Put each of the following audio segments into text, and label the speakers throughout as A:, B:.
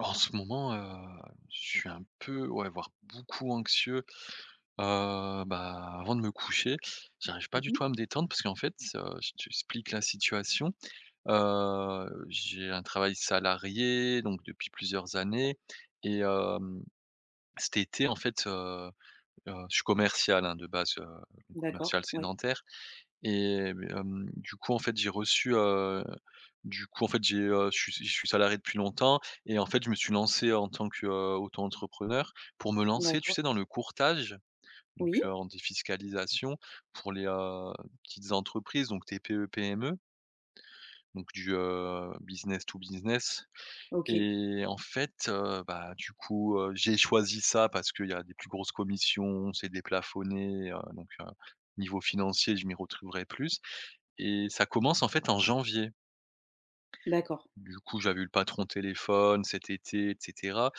A: En ce moment, je suis un peu, ouais, voire beaucoup anxieux, bah, avant de me coucher. J'arrive pas du
B: Mmh.
A: tout à me détendre parce qu'en fait, je t'explique la situation. J'ai un travail salarié donc depuis plusieurs années et cet été en fait, je suis commercial, hein, de base, donc
B: D'accord,
A: commercial
B: ouais,
A: sédentaire et mais, du coup, en fait, j'ai reçu, du coup, en fait, j'ai, je suis salarié depuis longtemps et en fait, je me suis lancé en tant que, auto-entrepreneur. Pour me lancer, tu
B: d'accord.
A: sais, dans le courtage, donc
B: Oui?
A: en défiscalisation pour les, petites entreprises, donc TPE-PME, donc du, business to business
B: OK.
A: et en fait, bah, du coup, j'ai choisi ça parce qu'il y a des plus grosses commissions, c'est déplafonné, donc niveau financier, je m'y retrouverai plus et ça commence en fait en janvier.
B: D'accord,
A: Du coup, j'avais eu le patron au téléphone cet été et cetera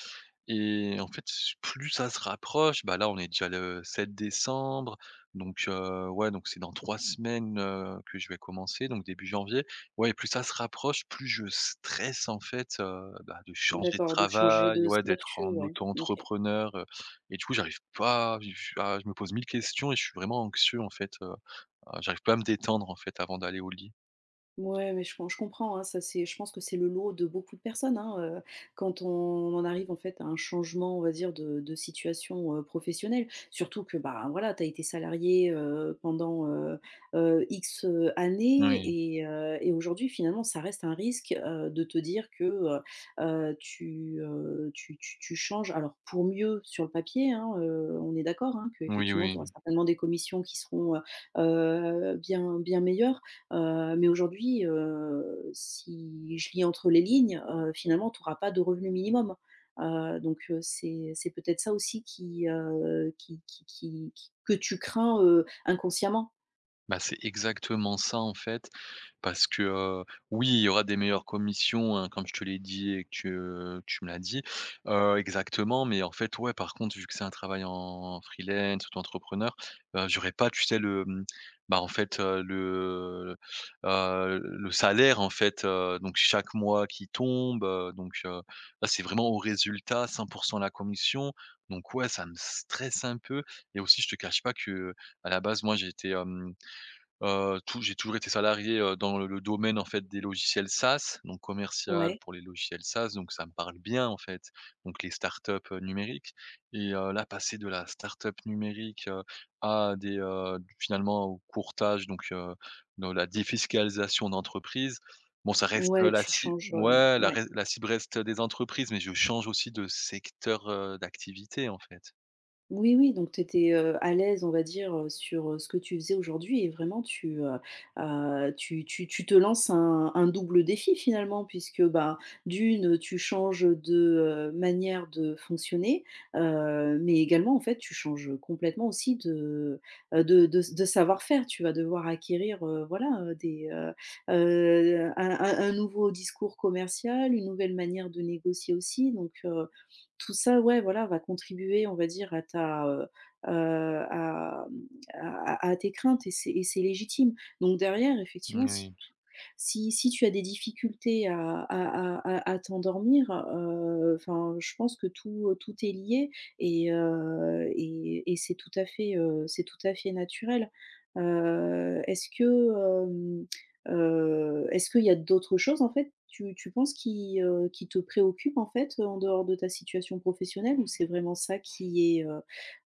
A: et en fait, plus ça se rapproche, bah, là, on est déjà le 7 décembre donc ouais, donc c'est dans 3 semaines, que je vais commencer donc début janvier. Ouais, et plus ça se rapproche, plus je stresse en fait, bah, de changer de
B: d'accord, de changer
A: travail,
B: de
A: ouais, d'être
B: statut,
A: en
B: ouais, OK.
A: auto-entrepreneur, et du coup, j'arrive pas, je me pose 1000 questions et je suis vraiment anxieux en fait, j'arrive pas à me détendre en fait avant d'aller au lit.
B: Ouais, mais je comprends, hein, ça c'est je pense que c'est le lot de beaucoup de personnes, hein, quand on en arrive en fait à un changement, on va dire de situation, professionnelle. Surtout que, bah, voilà, t'as été salarié, pendant, X, années
A: Oui.
B: et aujourd'hui finalement ça reste un risque, de te dire que, tu changes alors pour mieux sur le papier, hein, on est d'accord, hein, que
A: Oui,
B: effectivement, tu
A: oui.
B: auras certainement des commissions qui seront, bien bien meilleures. Mais aujourd'hui, si je lis entre les lignes, finalement, tu n'auras pas de revenu minimum. Donc, c'est peut-être ça aussi qui, qui que tu crains, inconsciemment.
A: Bah, c'est exactement ça, en fait, parce que, oui, il y aura des meilleures commissions, hein, comme je te l'ai dit et que tu me l'as dit, exactement, mais en fait, ouais, par contre, vu que c'est un travail en freelance, auto-entrepreneur, j'aurais pas, tu sais, le, bah, en fait, le salaire, en fait, donc chaque mois qui tombe, donc là, c'est vraiment au résultat, 100 la commission, donc ouais, ça me stresse un peu et aussi, je te cache pas que à la base, moi, j'étais. Tou J'ai toujours été salarié, dans le domaine, en fait, des logiciels SaaS, donc commercial
B: Ouais,
A: pour les logiciels SaaS, donc ça me parle bien, en fait, donc les startups, numériques et là, passer de la startup numérique, à des, finalement au courtage, donc dans la défiscalisation d'entreprises. Bon, ça reste,
B: ouais,
A: la
B: tu
A: cible,
B: changes,
A: ouais,
B: ouais.
A: la cible reste des entreprises, mais je change aussi de secteur, d'activité, en fait.
B: Oui, oui, donc tu étais, à l'aise, on va dire, sur, ce que tu faisais aujourd'hui et vraiment tu te lances un double défi finalement puisque, bah, d'une, tu changes de, manière de fonctionner, mais également, en fait, tu changes, complètement aussi de, de savoir-faire. Tu vas devoir acquérir, voilà, des, un nouveau discours commercial, une nouvelle manière de négocier aussi donc tout ça, ouais, voilà, va contribuer, on va dire, à ta, à, à tes craintes et c'est légitime. Donc derrière, effectivement, si
A: Moui.
B: si si tu as des difficultés à t'endormir, enfin, je pense que tout, tout est lié et c'est tout à fait, c'est tout à fait naturel. Est-ce que, hem est-ce qu'il y a d'autres choses, en fait, tu penses qui te préoccupent, en fait, en dehors de ta situation professionnelle? Ou c'est vraiment ça qui est, heu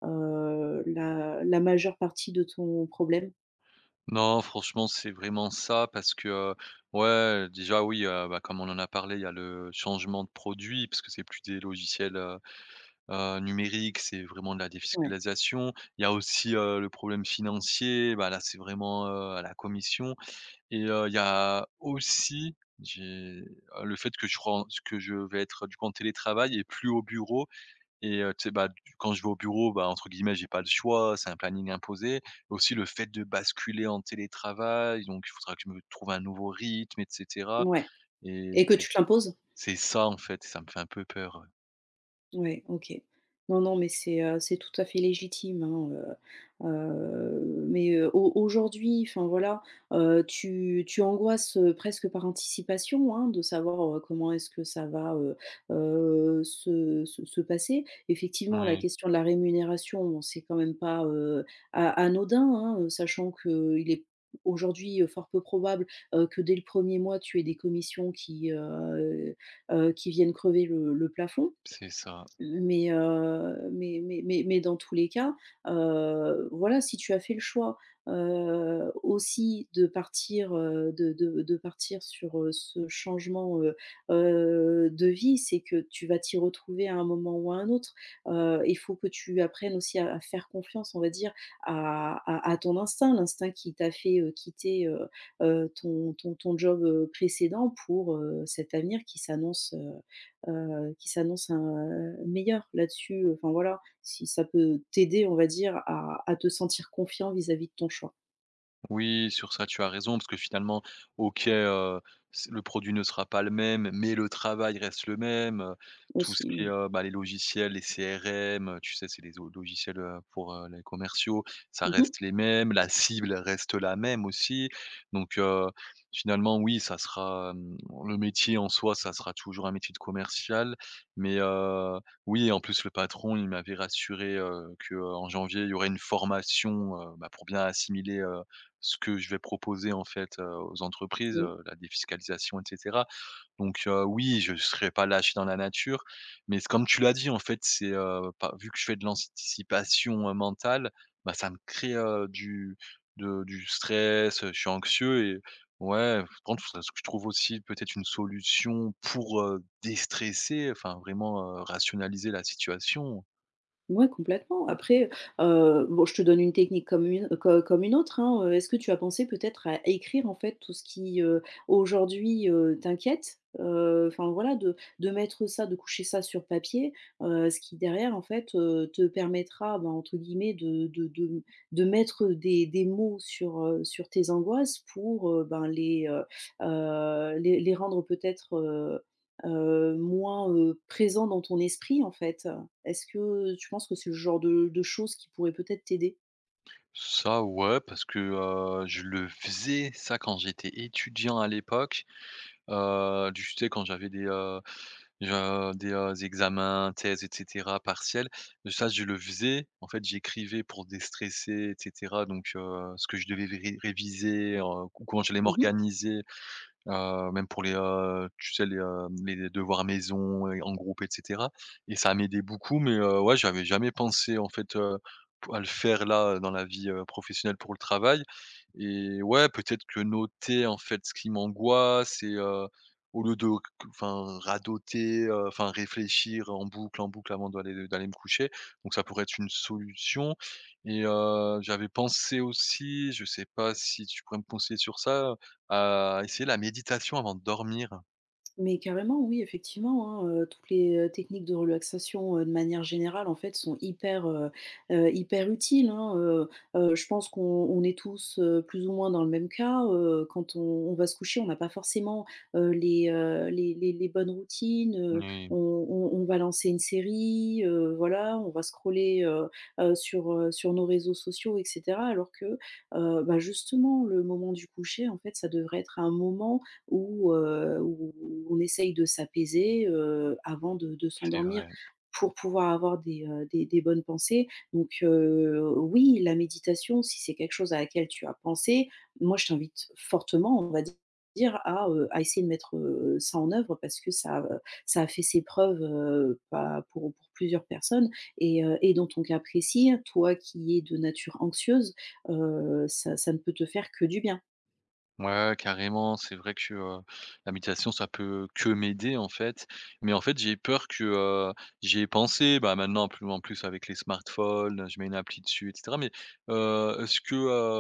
B: heu, la la majeure partie de ton problème?
A: Non, franchement, c'est vraiment ça parce que, ouais, déjà, oui, bah, comme on en a parlé, il y a le changement de produit parce que c'est plus des logiciels, numériques, c'est vraiment de la
B: Ouais,
A: défiscalisation. Il y a aussi, le problème financier, bah, là, c'est vraiment, à la commission et il y a aussi, j'ai, le fait que je ren que je vais être, du coup, en télétravail et plus au bureau et tu sais, bah, du quand je vais au bureau, bah, entre guillemets, j'ai pas le choix, c'est un planning imposé. Aussi le fait de basculer en télétravail, donc il faudra que je me trouve un nouveau rythme et cetera
B: ouais
A: et
B: et que
A: c'est
B: tu te l'imposes?
A: c'est ça, en fait, ça me fait un peu peur, ouais.
B: Ouais, OK. Non, non, mais c'est tout à fait légitime, hein, mais, au aujourd'hui, enfin voilà, tu angoisses, presque par anticipation, hein, de savoir, comment est-ce que ça va, se passer. Effectivement, la
A: Oui,
B: question de la rémunération, bon, c'est quand même pas, a anodin, hein, sachant qu'il est aujourd'hui, fort peu probable, que dès le premier mois, tu aies des commissions qui viennent crever le plafond.
A: c'est ça.
B: Mais dans tous les cas, voilà, si tu as fait le choix, aussi de partir, de partir sur, ce changement, de vie, c'est que tu vas t'y retrouver à un moment ou à un autre. Il faut que tu apprennes aussi à faire confiance, on va dire, à ton instinct, l'instinct qui t'a fait, quitter, ton job, précédent pour, cet avenir qui s'annonce, meilleure là-dessus, enfin voilà. Si ça peut t'aider, on va dire, à te sentir confiant vis-à-vis de ton choix
A: Oui, sur ça, tu as raison, parce que finalement, OK, c le produit ne sera pas le même, mais le travail reste le même, tout ce
B: aussi,
A: qui est,
B: ouais.
A: bah, les logiciels, les CRM, tu sais, c'est les au logiciels, pour, les commerciaux, ça
B: Mmh.
A: reste les mêmes, la cible reste la même aussi. Donc, finalement, oui, ça sera, le métier en soi, ça sera toujours un métier de commercial, mais, oui, en plus, le patron, il m'avait rassuré, en janvier, il y aurait une formation, bah, pour bien assimiler ce que je vais proposer en fait, aux entreprises,
B: Oui.
A: la défiscalisation et cetera. Donc, oui, je ne serai pas lâché dans la nature, mais c'est comme tu l'as dit en fait, c'est, pas vu que je fais de l'anticipation, mentale, bah, ça me crée, du stress, je suis anxieux et ouais, par contre, faudrait ce que je trouve aussi peut-être une solution pour, déstresser, enfin vraiment, rationaliser la situation.
B: Ouais, complètement. Après, bon, je te donne une technique comme une co comme une autre, hein, est-ce que tu as pensé peut-être à écrire, en fait, tout ce qui, aujourd'hui, t'inquiète? Enfin, voilà, de mettre ça, de coucher ça sur papier, ce qui derrière, en fait, te permettra, ben, entre guillemets, de mettre des mots sur, sur tes angoisses pour, ben, les, les rendre peut-être, moins, présents dans ton esprit, en fait. Est-ce que tu penses que c'est le genre de choses qui pourraient peut-être t'aider?
A: Ça, ouais, parce que, je le faisais ça quand j'étais étudiant à l'époque. Du Tu sais, quand j'avais des, je des, examens, thèses et cetera, partiels, ça je le faisais. En fait, j'écrivais pour déstresser et cetera, donc ce que je devais ré réviser, co comment j'allais
B: Mmh.
A: m'organiser. Même pour les, tu sais, les devoirs maison et en groupe et cetera, et ça m'aidait beaucoup. Mais ouais, j'avais jamais pensé en fait, pou à le faire là, dans la vie, professionnelle, pour le travail, et ouais, peut-être que noter en fait ce qui m'angoisse et au lieu de, enfin, radoter, enfin réfléchir en boucle avant d'aller me coucher, donc ça pourrait être une solution. Et j'avais pensé aussi, je sais pas si tu pourrais me conseiller sur ça. Essayer la méditation avant de dormir.
B: Mais carrément, oui, effectivement, hein, toutes les, techniques de relaxation, de manière générale, en fait, sont hyper utiles, hein, je pense qu'on on est tous, plus ou moins dans le même cas, quand on va se coucher, on n'a pas forcément, les, les bonnes routines, heu,
A: Oui,
B: on on on va lancer une série, voilà, on va scroller, sur, sur nos réseaux sociaux et cetera alors que, bah, justement, le moment du coucher, en fait, ça devrait être un moment où, où on essaye de s'apaiser, avant de
A: c'est
B: s'endormir
A: vrai.
B: pour pouvoir avoir des, des bonnes pensées. Donc, oui, la méditation, si c'est quelque chose à laquelle tu as pensé, moi je t'invite fortement, on va dire, à essayer de mettre, ça en œuvre parce que ça, ça a fait ses preuves, pas pour plusieurs personnes et dans ton cas précis, toi qui es de nature anxieuse, ça ne peut te faire que du bien.
A: Ouais, ouais, carrément, c'est vrai que, la méditation, ça peut que m'aider, en fait. Mais en fait, j'ai peur que, j'y ai pensé, bah, maintenant, plus en plus avec les smartphones, je mets une appli dessus et cetera. Mais, est-ce que,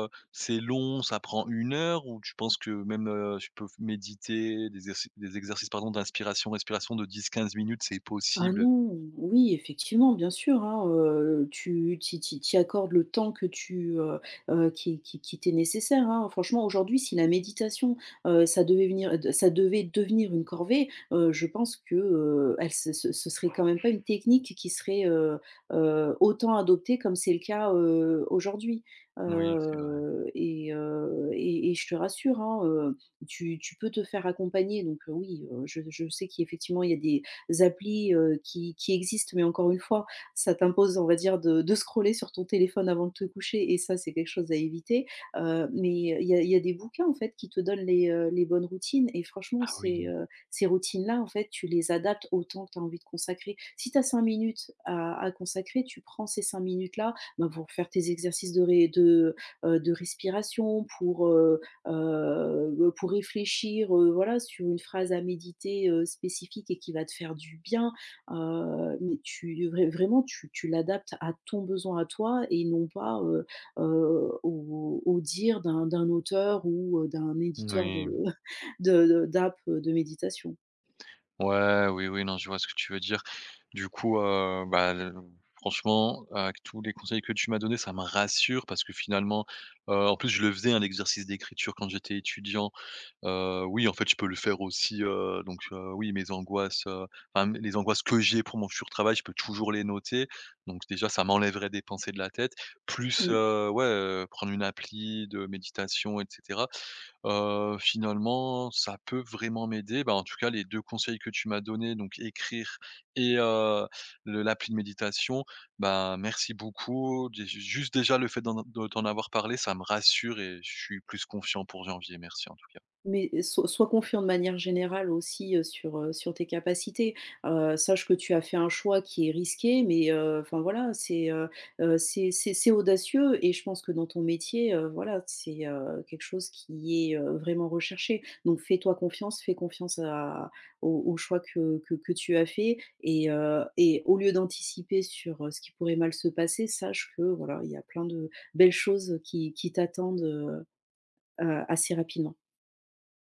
A: c'est long, ça prend 1 heure, ou tu penses que même, je peux méditer, des exercices, pardon, d'inspiration, respiration de 10-15 minutes, c'est
B: Ah
A: possible?
B: non, oui, effectivement, bien sûr, hein, tu accordes le temps que tu, qui t'est nécessaire, hein. Franchement, aujourd'hui, si la méditation, ça devait devenir une corvée, je pense que, elle ce serait quand même pas une technique qui serait, autant adoptée comme c'est le cas, aujourd'hui.
A: Oui, c'est vrai.
B: Et je te rassure, hein, tu peux te faire accompagner donc, oui, je sais qu'effectivement il y a des applis, qui existent, mais encore une fois, ça t'impose, on va dire, de scroller sur ton téléphone avant de te coucher et ça, c'est quelque chose à éviter. Mais il y a des bouquins, en fait, qui te donnent les bonnes routines et franchement,
A: Ah
B: ces,
A: oui.
B: heu, ces routines-là, en fait, tu les adaptes au temps que tu as envie de consacrer. Si tu as 5 minutes à consacrer, tu prends ces 5 minutes-là, ben, pour faire tes exercices de respiration, pour réfléchir, voilà, sur une phrase à méditer, spécifique et qui va te faire du bien, mais tu vrai vraiment, tu l'adaptes à ton besoin à toi et non pas, au dire d'un auteur ou, d'un éditeur
A: Oui.
B: de de méditation.
A: Ouais, oui, oui, non, je vois ce que tu veux dire. Du coup, bah, le franchement, avec tous les conseils que tu m'as donnés, ça me rassure parce que finalement, en plus je le faisais, hein, l'exercice d'écriture quand j'étais étudiant. Oui, en fait, je peux le faire aussi, donc oui, mes angoisses, enfin, m les angoisses que j'ai pour mon futur travail, je peux toujours les noter. Donc déjà, ça m'enlèverait des pensées de la tête. Plus,
B: Mmh.
A: ouais, prendre une appli de méditation et cetera. Finalement, ça peut vraiment m'aider. Bah, en tout cas, les 2 conseils que tu m'as donnés, donc écrire et le l'appli de méditation, bah, merci beaucoup. Dé Juste déjà le fait d'en de t'en avoir parlé, ça me rassure et je suis plus confiant pour janvier. Merci en tout cas.
B: Mais sois confiant de manière générale aussi, sur, sur tes capacités. Sache que tu as fait un choix qui est risqué, mais, enfin voilà, c'est audacieux et je pense que dans ton métier, voilà, c'est, quelque chose qui est, vraiment recherché. Donc fais-toi confiance, fais confiance à au au choix que tu as fait et au lieu d'anticiper sur, ce qui pourrait mal se passer, sache que voilà, il y a plein de belles choses qui t'attendent, assez rapidement.